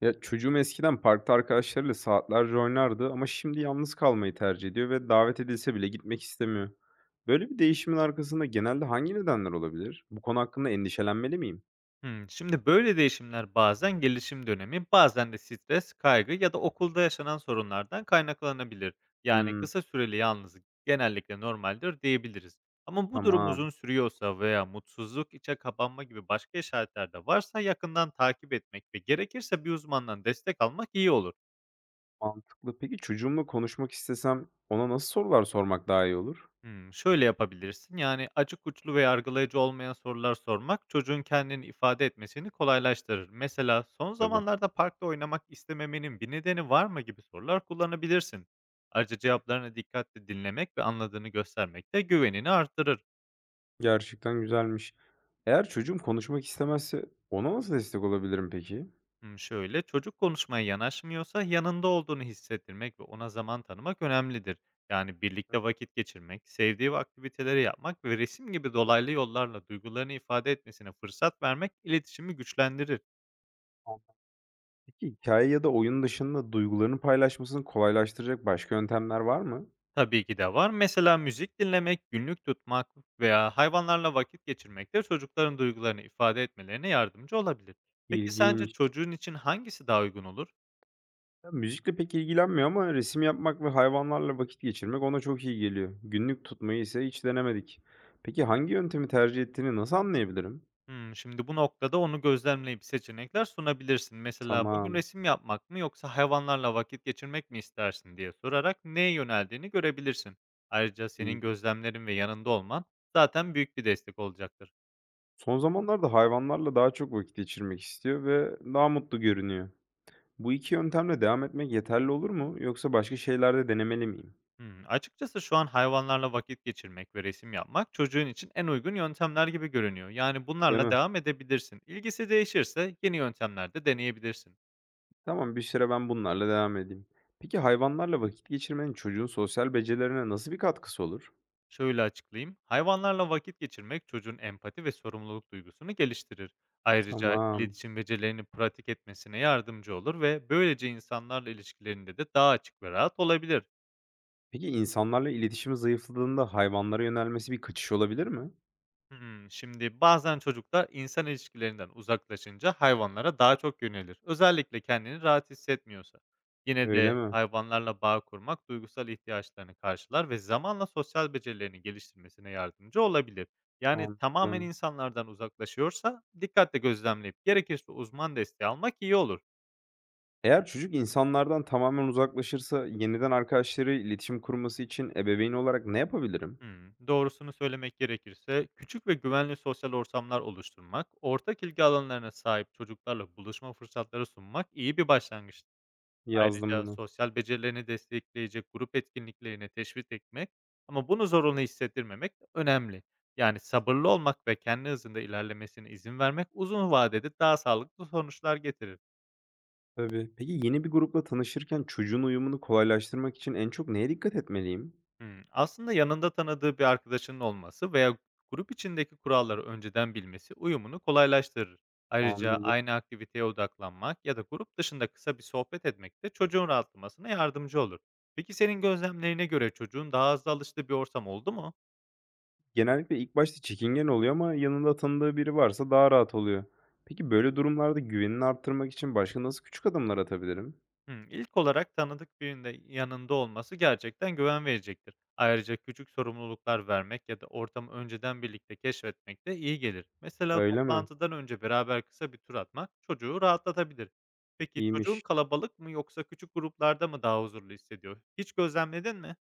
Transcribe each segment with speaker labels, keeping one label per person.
Speaker 1: Ya, çocuğum eskiden parkta arkadaşlarıyla saatlerce oynardı ama şimdi yalnız kalmayı tercih ediyor ve davet edilse bile gitmek istemiyor. Böyle bir değişimin arkasında genelde hangi nedenler olabilir? Bu konu hakkında endişelenmeli miyim?
Speaker 2: Şimdi böyle değişimler bazen gelişim dönemi, bazen de stres, kaygı ya da okulda yaşanan sorunlardan kaynaklanabilir. Yani
Speaker 1: Hımm,
Speaker 2: kısa süreli yalnızlık genellikle normaldir diyebiliriz. Ama bu durum
Speaker 1: tamam,
Speaker 2: uzun sürüyorsa veya mutsuzluk, içe kapanma gibi başka işaretler de varsa yakından takip etmek ve gerekirse bir uzmandan destek almak iyi olur.
Speaker 1: mantıklı. Peki çocuğumla konuşmak istesem ona nasıl sorular sormak daha iyi olur?
Speaker 2: Şöyle yapabilirsin, yani, açık uçlu ve yargılayıcı olmayan sorular sormak çocuğun kendini ifade etmesini kolaylaştırır. Mesela, "Son
Speaker 1: Tabii.
Speaker 2: zamanlarda parkta oynamak istememenin bir nedeni var mı?" gibi sorular kullanabilirsin. Ayrıca cevaplarını dikkatle dinlemek ve anladığını göstermek de güvenini artırır.
Speaker 1: Gerçekten güzelmiş. Eğer çocuğum konuşmak istemezse ona nasıl destek olabilirim peki?
Speaker 2: Şöyle, çocuk konuşmaya yanaşmıyorsa yanında olduğunu hissettirmek ve ona zaman tanımak önemlidir. Yani birlikte vakit geçirmek, sevdiği aktiviteleri yapmak ve resim gibi dolaylı yollarla duygularını ifade etmesine fırsat vermek iletişimi güçlendirir.
Speaker 1: Tamam. Peki hikaye ya da oyun dışında duygularını paylaşmasını kolaylaştıracak başka yöntemler var mı?
Speaker 2: Tabii ki de var. Mesela müzik dinlemek, günlük tutmak veya hayvanlarla vakit geçirmek de çocukların duygularını ifade etmelerine yardımcı olabilir. Peki sence
Speaker 1: İlginç.
Speaker 2: çocuğun için hangisi daha uygun olur?
Speaker 1: Ya, müzikle pek ilgilenmiyor ama resim yapmak ve hayvanlarla vakit geçirmek ona çok iyi geliyor. Günlük tutmayı ise hiç denemedik. Peki hangi yöntemi tercih ettiğini nasıl anlayabilirim?
Speaker 2: Şimdi bu noktada onu gözlemleyip seçenekler sunabilirsin. Mesela, "Bugün
Speaker 1: Tamam,
Speaker 2: resim yapmak mı yoksa hayvanlarla vakit geçirmek mi istersin?" diye sorarak neye yöneldiğini görebilirsin. Ayrıca senin
Speaker 1: ilginç.
Speaker 2: gözlemlerin ve yanında olman zaten büyük bir destek olacaktır.
Speaker 1: Son zamanlarda hayvanlarla daha çok vakit geçirmek istiyor ve daha mutlu görünüyor. Bu iki yöntemle devam etmek yeterli olur mu? Yoksa başka şeylerde denemeli miyim?
Speaker 2: Açıkçası şu an hayvanlarla vakit geçirmek ve resim yapmak çocuğun için en uygun yöntemler gibi görünüyor. Yani
Speaker 1: Değil
Speaker 2: bunlarla
Speaker 1: mi?
Speaker 2: devam edebilirsin. İlgisi değişirse yeni yöntemler de deneyebilirsin.
Speaker 1: Tamam, bir süre ben bunlarla devam edeyim. Peki hayvanlarla vakit geçirmenin çocuğun sosyal becerilerine nasıl bir katkısı olur?
Speaker 2: Şöyle açıklayayım. Hayvanlarla vakit geçirmek çocuğun empati ve sorumluluk duygusunu geliştirir. Ayrıca
Speaker 1: Tamam.
Speaker 2: iletişim becerilerini pratik etmesine yardımcı olur ve böylece insanlarla ilişkilerinde de daha açık ve rahat olabilir.
Speaker 1: Peki insanlarla iletişimi zayıfladığında hayvanlara yönelmesi bir kaçış olabilir mi?
Speaker 2: Şimdi bazen çocuklar insan ilişkilerinden uzaklaşınca hayvanlara daha çok yönelir. Özellikle kendini rahat hissetmiyorsa. Yine
Speaker 1: Öyle
Speaker 2: de
Speaker 1: mi?
Speaker 2: hayvanlarla bağ kurmak duygusal ihtiyaçlarını karşılar ve zamanla sosyal becerilerini geliştirmesine yardımcı olabilir. Yani tamamen
Speaker 1: Anladım.
Speaker 2: insanlardan uzaklaşıyorsa dikkatle gözlemleyip gerekirse uzman desteği almak iyi olur.
Speaker 1: Eğer çocuk insanlardan tamamen uzaklaşırsa yeniden arkadaşları iletişim kurması için ebeveyn olarak ne yapabilirim?
Speaker 2: Doğrusunu söylemek gerekirse küçük ve güvenli sosyal ortamlar oluşturmak, ortak ilgi alanlarına sahip çocuklarla buluşma fırsatları sunmak iyi bir başlangıç.
Speaker 1: Yazdım
Speaker 2: Ayrıca
Speaker 1: bunu.
Speaker 2: sosyal becerilerini destekleyecek grup etkinliklerine teşvik etmek ama bunu zorunlu hissettirmemek de önemli. Yani sabırlı olmak ve kendi hızında ilerlemesine izin vermek uzun vadede daha sağlıklı sonuçlar getirir.
Speaker 1: Tabii. Peki yeni bir grupla tanışırken çocuğun uyumunu kolaylaştırmak için en çok neye dikkat etmeliyim?
Speaker 2: Aslında yanında tanıdığı bir arkadaşının olması veya grup içindeki kuralları önceden bilmesi uyumunu kolaylaştırır. Ayrıca
Speaker 1: Anladım.
Speaker 2: aynı aktiviteye odaklanmak ya da grup dışında kısa bir sohbet etmek de çocuğun rahatlamasına yardımcı olur. Peki senin gözlemlerine göre çocuğun daha hızlı alıştığı bir ortam oldu mu?
Speaker 1: Genellikle ilk başta çekingen oluyor ama yanında tanıdığı biri varsa daha rahat oluyor. Peki böyle durumlarda güvenini arttırmak için başka nasıl küçük adımlar atabilirim?
Speaker 2: İlk olarak tanıdık birinin de yanında olması gerçekten güven verecektir. Ayrıca küçük sorumluluklar vermek ya da ortamı önceden birlikte keşfetmek de iyi gelir. Mesela
Speaker 1: Öyle mi?
Speaker 2: toplantıdan önce beraber kısa bir tur atmak çocuğu rahatlatabilir. Peki çocuğun
Speaker 1: İyiymiş.
Speaker 2: kalabalık mı yoksa küçük gruplarda mı daha huzurlu hissediyor? Hiç gözlemledin mi?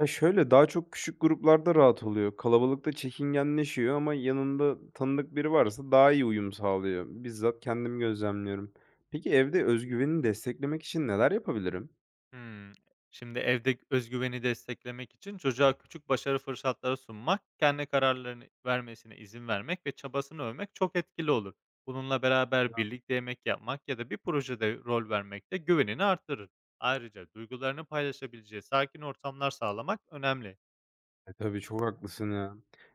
Speaker 1: Ya, şöyle, daha çok küçük gruplarda rahat oluyor. Kalabalıkta çekingenleşiyor ama yanında tanıdık biri varsa daha iyi uyum sağlıyor. Bizzat kendim gözlemliyorum. Peki evde özgüvenini desteklemek için neler yapabilirim?
Speaker 2: Hımm. Şimdi evde özgüveni desteklemek için çocuğa küçük başarı fırsatları sunmak, kendi kararlarını vermesine izin vermek ve çabasını övmek çok etkili olur. Bununla beraber birlikte yemek yapmak ya da bir projede rol vermek de güvenini artırır. Ayrıca duygularını paylaşabileceği sakin ortamlar sağlamak önemli.
Speaker 1: Tabii çok haklısın ya.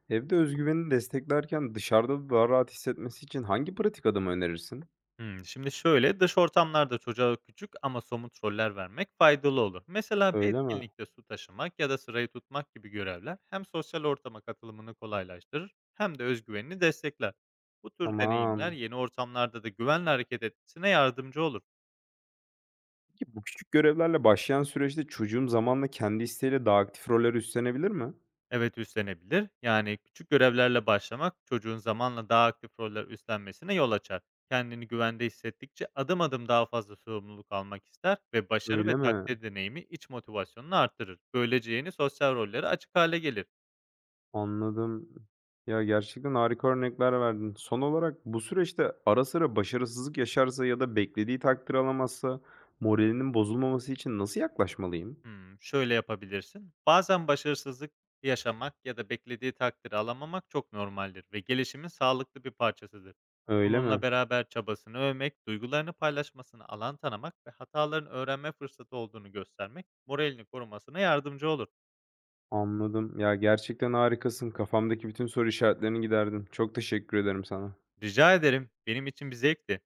Speaker 1: Evde özgüvenini desteklerken dışarıda da daha rahat hissetmesi için hangi pratik adımı önerirsin?
Speaker 2: Şimdi şöyle, dış ortamlarda çocuğa küçük ama somut roller vermek faydalı olur. Mesela bir
Speaker 1: Öyle mi?
Speaker 2: etkinlikte su taşımak ya da sırayı tutmak gibi görevler hem sosyal ortama katılımını kolaylaştırır hem de özgüvenini destekler. Bu tür deneyimler
Speaker 1: Tamam.
Speaker 2: yeni ortamlarda da güvenle hareket etmesine yardımcı olur.
Speaker 1: Peki bu küçük görevlerle başlayan süreçte çocuğum zamanla kendi isteğiyle daha aktif roller üstlenebilir mi?
Speaker 2: Evet, üstlenebilir. Yani küçük görevlerle başlamak çocuğun zamanla daha aktif roller üstlenmesine yol açar. Kendini güvende hissettikçe adım adım daha fazla sorumluluk almak ister ve başarı
Speaker 1: Öyle
Speaker 2: ve
Speaker 1: mi?
Speaker 2: takdir deneyimi iç motivasyonunu arttırır. Böylece yeni sosyal rollere açık hale gelir.
Speaker 1: Anladım. Ya, gerçekten harika örnekler verdin. Son olarak bu süreçte ara sıra başarısızlık yaşarsa ya da beklediği takdir alamazsa moralinin bozulmaması için nasıl yaklaşmalıyım?
Speaker 2: Şöyle yapabilirsin. Bazen başarısızlık yaşamak ya da beklediği takdiri alamamak çok normaldir ve gelişimin sağlıklı bir parçasıdır.
Speaker 1: Öyle
Speaker 2: Bununla
Speaker 1: mi?
Speaker 2: beraber çabasını övmek, duygularını paylaşmasını alan tanımak ve hataların öğrenme fırsatı olduğunu göstermek moralini korumasına yardımcı olur.
Speaker 1: Anladım. Ya, gerçekten harikasın. Kafamdaki bütün soru işaretlerini giderdin. Çok teşekkür ederim sana.
Speaker 2: Rica ederim, benim için bir zevkti.